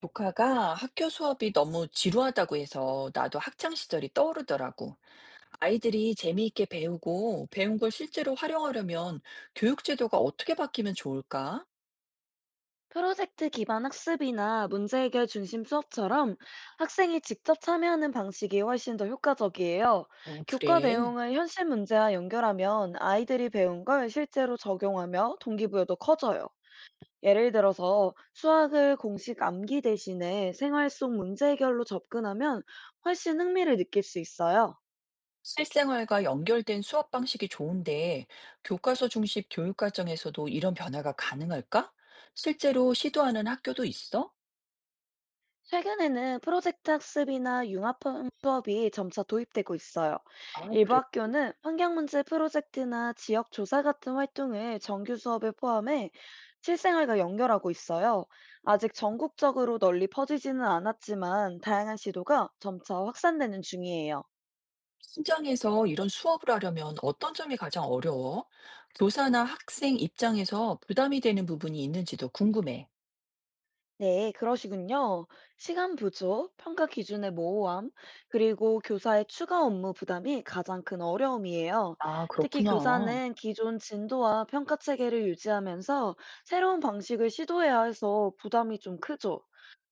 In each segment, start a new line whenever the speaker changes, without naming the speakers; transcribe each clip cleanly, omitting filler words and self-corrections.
조카가 학교 수업이 너무 지루하다고 해서 나도 학창 시절이 떠오르더라고. 아이들이 재미있게 배우고 배운 걸 실제로 활용하려면 교육 제도가 어떻게 바뀌면 좋을까?
프로젝트 기반 학습이나 문제 해결 중심 수업처럼 학생이 직접 참여하는 방식이 훨씬 더 효과적이에요.
어,
교과
그래.
내용을 현실 문제와 연결하면 아이들이 배운 걸 실제로 적용하며 동기부여도 커져요. 예를 들어서 수학을 공식 암기 대신에 생활 속 문제 해결로 접근하면 훨씬 흥미를 느낄 수 있어요.
실생활과 연결된 수업 방식이 좋은데 교과서 중심 교육 과정에서도 이런 변화가 가능할까? 실제로 시도하는 학교도 있어?
최근에는 프로젝트 학습이나 융합 수업이 점차 도입되고 있어요.
아,
일부 학교는 환경문제 프로젝트나 지역 조사 같은 활동을 정규 수업에 포함해 실생활과 연결하고 있어요. 아직 전국적으로 널리 퍼지지는 않았지만 다양한 시도가 점차 확산되는 중이에요.
현장에서 이런 수업을 하려면 어떤 점이 가장 어려워? 교사나 학생 입장에서 부담이 되는 부분이 있는지도 궁금해.
네, 그러시군요. 시간 부족, 평가 기준의 모호함, 그리고 교사의 추가 업무 부담이 가장 큰 어려움이에요.
아,
특히
그렇구나.
교사는 기존 진도와 평가 체계를 유지하면서 새로운 방식을 시도해야 해서 부담이 좀 크죠.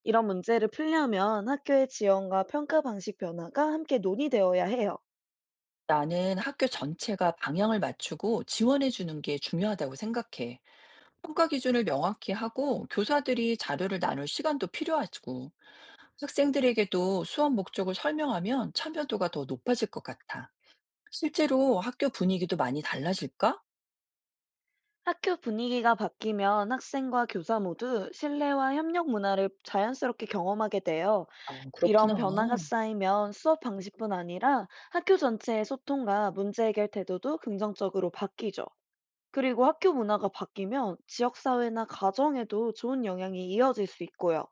이런 문제를 풀려면 학교의 지원과 평가 방식 변화가 함께 논의되어야 해요.
나는 학교 전체가 방향을 맞추고 지원해 주는 게 중요하다고 생각해. 평가 기준을 명확히 하고 교사들이 자료를 나눌 시간도 필요하고 학생들에게도 수업 목적을 설명하면 참여도가 더 높아질 것 같아. 실제로 학교 분위기도 많이 달라질까?
학교 분위기가 바뀌면 학생과 교사 모두 신뢰와 협력 문화를 자연스럽게 경험하게 돼요.
아, 그렇구나.
이런 변화가 쌓이면 수업 방식뿐 아니라 학교 전체의 소통과 문제 해결 태도도 긍정적으로 바뀌죠. 그리고 학교 문화가 바뀌면 지역사회나 가정에도 좋은 영향이 이어질 수 있고요.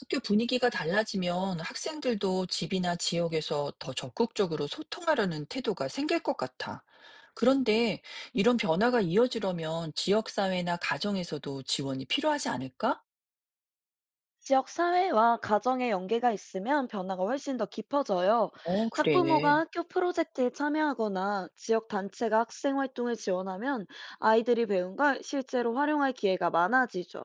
학교 분위기가 달라지면 학생들도 집이나 지역에서 더 적극적으로 소통하려는 태도가 생길 것 같아. 그런데 이런 변화가 이어지려면 지역사회나 가정에서도 지원이 필요하지 않을까?
지역사회와 가정의 연계가 있으면 변화가 훨씬 더 깊어져요.
어, 그래.
학부모가 학교 프로젝트에 참여하거나 지역 단체가 학생 활동을 지원하면 아이들이 배운 걸 실제로 활용할 기회가 많아지죠.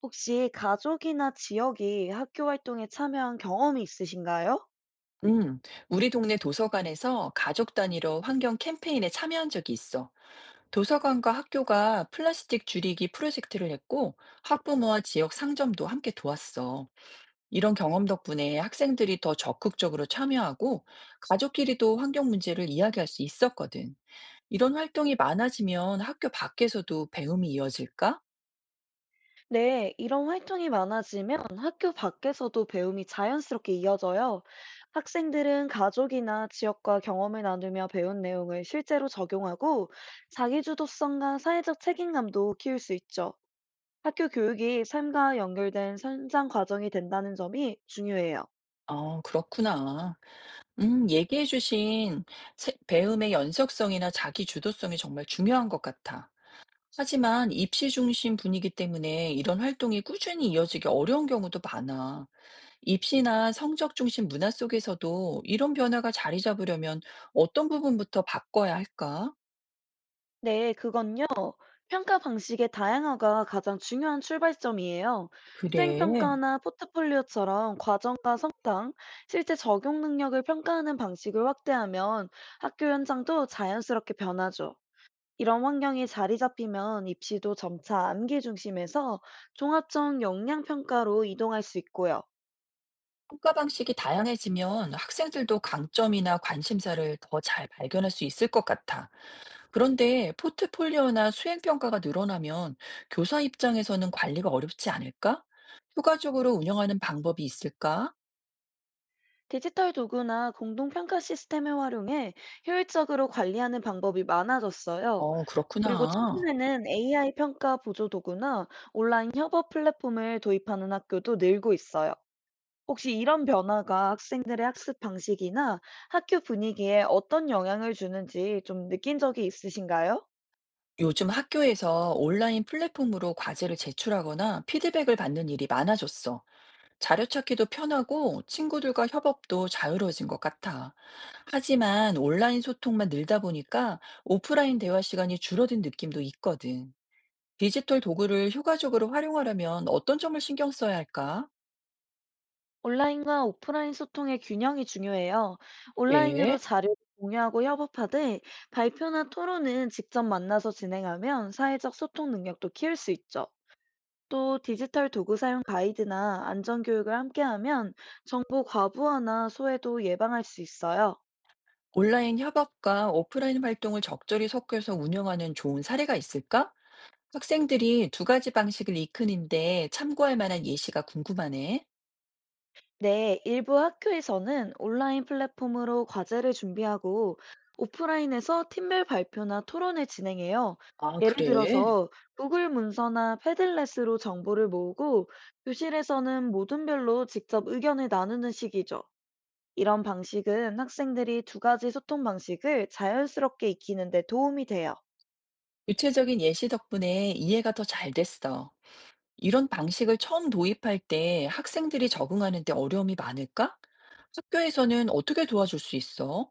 혹시 가족이나 지역이 학교 활동에 참여한 경험이 있으신가요?
음, 우리 동네 도서관에서 가족 단위로 환경 캠페인에 참여한 적이 있어. 도서관과 학교가 플라스틱 줄이기 프로젝트를 했고, 학부모와 지역 상점도 함께 도왔어. 이런 경험 덕분에 학생들이 더 적극적으로 참여하고 가족끼리도 환경 문제를 이야기할 수 있었거든. 이런 활동이 많아지면 학교 밖에서도 배움이 이어질까?
네, 이런 활동이 많아지면 학교 밖에서도 배움이 자연스럽게 이어져요. 학생들은 가족이나 지역과 경험을 나누며 배운 내용을 실제로 적용하고 자기주도성과 사회적 책임감도 키울 수 있죠. 학교 교육이 삶과 연결된 성장 과정이 된다는 점이 중요해요.
아, 그렇구나. 얘기해주신 배움의 연속성이나 자기 주도성이 정말 중요한 것 같아. 하지만 입시 중심 분위기 때문에 이런 활동이 꾸준히 이어지기 어려운 경우도 많아. 입시나 성적 중심 문화 속에서도 이런 변화가 자리 잡으려면 어떤 부분부터 바꿔야 할까?
네, 그건요. 평가 방식의 다양화가 가장 중요한 출발점이에요.
그래.
수행평가나 포트폴리오처럼 과정과 성장, 실제 적용 능력을 평가하는 방식을 확대하면 학교 현장도 자연스럽게 변하죠. 이런 환경이 자리 잡히면 입시도 점차 암기 중심에서 종합적 역량 평가로 이동할 수 있고요.
평가 방식이 다양해지면 학생들도 강점이나 관심사를 더 잘 발견할 수 있을 것 같아. 그런데 포트폴리오나 수행평가가 늘어나면 교사 입장에서는 관리가 어렵지 않을까? 효과적으로 운영하는 방법이 있을까?
디지털 도구나 공동평가 시스템을 활용해 효율적으로 관리하는 방법이 많아졌어요.
어,
그리고
그렇구나.
최근에는 AI 평가 보조 도구나 온라인 협업 플랫폼을 도입하는 학교도 늘고 있어요. 혹시 이런 변화가 학생들의 학습 방식이나 학교 분위기에 어떤 영향을 주는지 좀 느낀 적이 있으신가요?
요즘 학교에서 온라인 플랫폼으로 과제를 제출하거나 피드백을 받는 일이 많아졌어. 자료 찾기도 편하고 친구들과 협업도 자유로워진 것 같아. 하지만 온라인 소통만 늘다 보니까 오프라인 대화 시간이 줄어든 느낌도 있거든. 디지털 도구를 효과적으로 활용하려면 어떤 점을 신경 써야 할까?
온라인과 오프라인 소통의 균형이 중요해요. 온라인으로
예.
자료를 공유하고 협업하되 발표나 토론은 직접 만나서 진행하면 사회적 소통 능력도 키울 수 있죠. 또 디지털 도구 사용 가이드나 안전 교육을 함께하면 정보 과부하나 소외도 예방할 수 있어요.
온라인 협업과 오프라인 활동을 적절히 섞여서 운영하는 좋은 사례가 있을까? 학생들이 두 가지 방식을 익히는데 참고할 만한 예시가 궁금하네.
네, 일부 학교에서는 온라인 플랫폼으로 과제를 준비하고 오프라인에서 팀별 발표나 토론을 진행해요.
아,
예를
그래?
들어서 구글 문서나 패들렛으로 정보를 모으고 교실에서는 모둠별로 직접 의견을 나누는 식이죠. 이런 방식은 학생들이 두 가지 소통 방식을 자연스럽게 익히는 데 도움이 돼요.
구체적인 예시 덕분에 이해가 더 잘 됐어. 이런 방식을 처음 도입할 때 학생들이 적응하는 데 어려움이 많을까? 학교에서는 어떻게 도와줄 수 있어?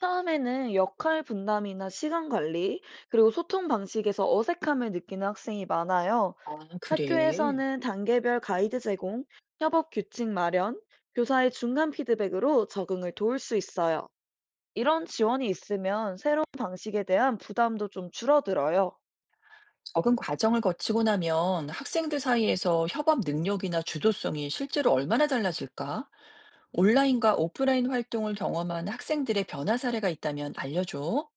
처음에는 역할 분담이나 시간 관리, 그리고 소통 방식에서 어색함을 느끼는 학생이 많아요.
아, 그래.
학교에서는 단계별 가이드 제공, 협업 규칙 마련, 교사의 중간 피드백으로 적응을 도울 수 있어요. 이런 지원이 있으면 새로운 방식에 대한 부담도 좀 줄어들어요.
적응 과정을 거치고 나면 학생들 사이에서 협업 능력이나 주도성이 실제로 얼마나 달라질까? 온라인과 오프라인 활동을 경험한 학생들의 변화 사례가 있다면 알려줘.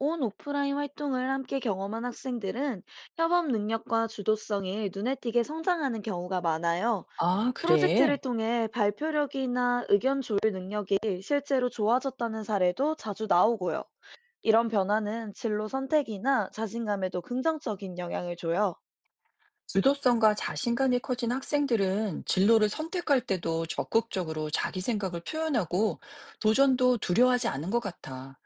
온 오프라인 활동을 함께 경험한 학생들은 협업 능력과 주도성이 눈에 띄게 성장하는 경우가 많아요.
아,
프로젝트를
그래.
통해 발표력이나 의견 조율 능력이 실제로 좋아졌다는 사례도 자주 나오고요. 이런 변화는 진로 선택이나 자신감에도 긍정적인 영향을 줘요.
주도성과 자신감이 커진 학생들은 진로를 선택할 때도 적극적으로 자기 생각을 표현하고 도전도 두려워하지 않은 것 같아.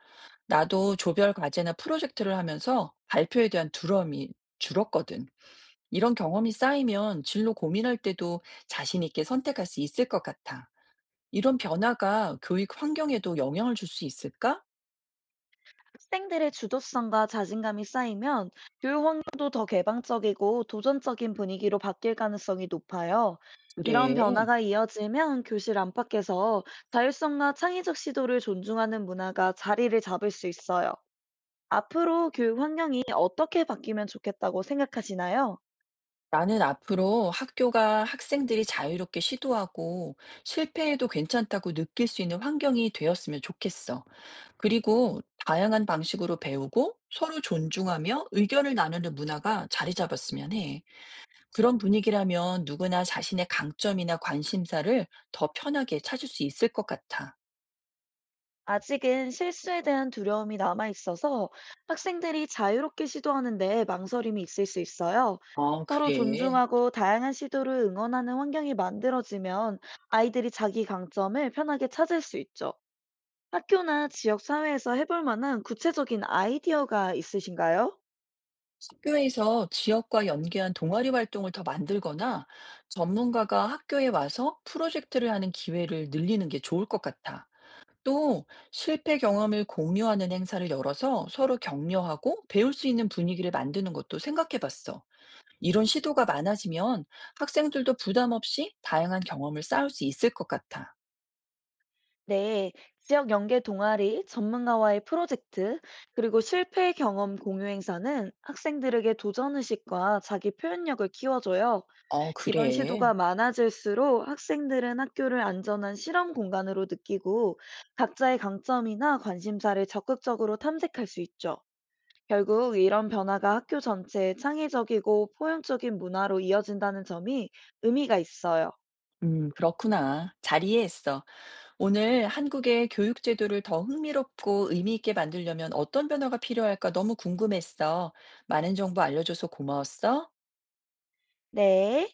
나도 조별 과제나 프로젝트를 하면서 발표에 대한 두려움이 줄었거든. 이런 경험이 쌓이면 진로 고민할 때도 자신 있게 선택할 수 있을 것 같아. 이런 변화가 교육 환경에도 영향을 줄 수 있을까?
학생들의 주도성과 자신감이 쌓이면 교육 환경도 더 개방적이고 도전적인 분위기로 바뀔 가능성이 높아요. 이런
그래.
변화가 이어지면 교실 안팎에서 자율성과 창의적 시도를 존중하는 문화가 자리를 잡을 수 있어요. 앞으로 교육 환경이 어떻게 바뀌면 좋겠다고 생각하시나요?
나는 앞으로 학교가 학생들이 자유롭게 시도하고 실패해도 괜찮다고 느낄 수 있는 환경이 되었으면 좋겠어. 그리고 다양한 방식으로 배우고 서로 존중하며 의견을 나누는 문화가 자리 잡았으면 해. 그런 분위기라면 누구나 자신의 강점이나 관심사를 더 편하게 찾을 수 있을 것 같아.
아직은 실수에 대한 두려움이 남아 있어서 학생들이 자유롭게 시도하는데 망설임이 있을 수 있어요.
아,
서로
그래.
존중하고 다양한 시도를 응원하는 환경이 만들어지면 아이들이 자기 강점을 편하게 찾을 수 있죠. 학교나 지역 사회에서 해볼 만한 구체적인 아이디어가 있으신가요?
학교에서 지역과 연계한 동아리 활동을 더 만들거나 전문가가 학교에 와서 프로젝트를 하는 기회를 늘리는 게 좋을 것 같아. 또 실패 경험을 공유하는 행사를 열어서 서로 격려하고 배울 수 있는 분위기를 만드는 것도 생각해 봤어. 이런 시도가 많아지면 학생들도 부담 없이 다양한 경험을 쌓을 수 있을 것 같아.
네, 지역 연계 동아리, 전문가와의 프로젝트, 그리고 실패 경험 공유 행사는 학생들에게 도전의식과 자기 표현력을 키워줘요.
어,
이런
그래.
시도가 많아질수록 학생들은 학교를 안전한 실험 공간으로 느끼고 각자의 강점이나 관심사를 적극적으로 탐색할 수 있죠. 결국 이런 변화가 학교 전체의 창의적이고 포용적인 문화로 이어진다는 점이 의미가 있어요.
그렇구나. 잘 이해했어. 오늘 한국의 교육 제도를 더 흥미롭고 의미 있게 만들려면 어떤 변화가 필요할까 너무 궁금했어. 많은 정보 알려줘서 고마웠어.
네.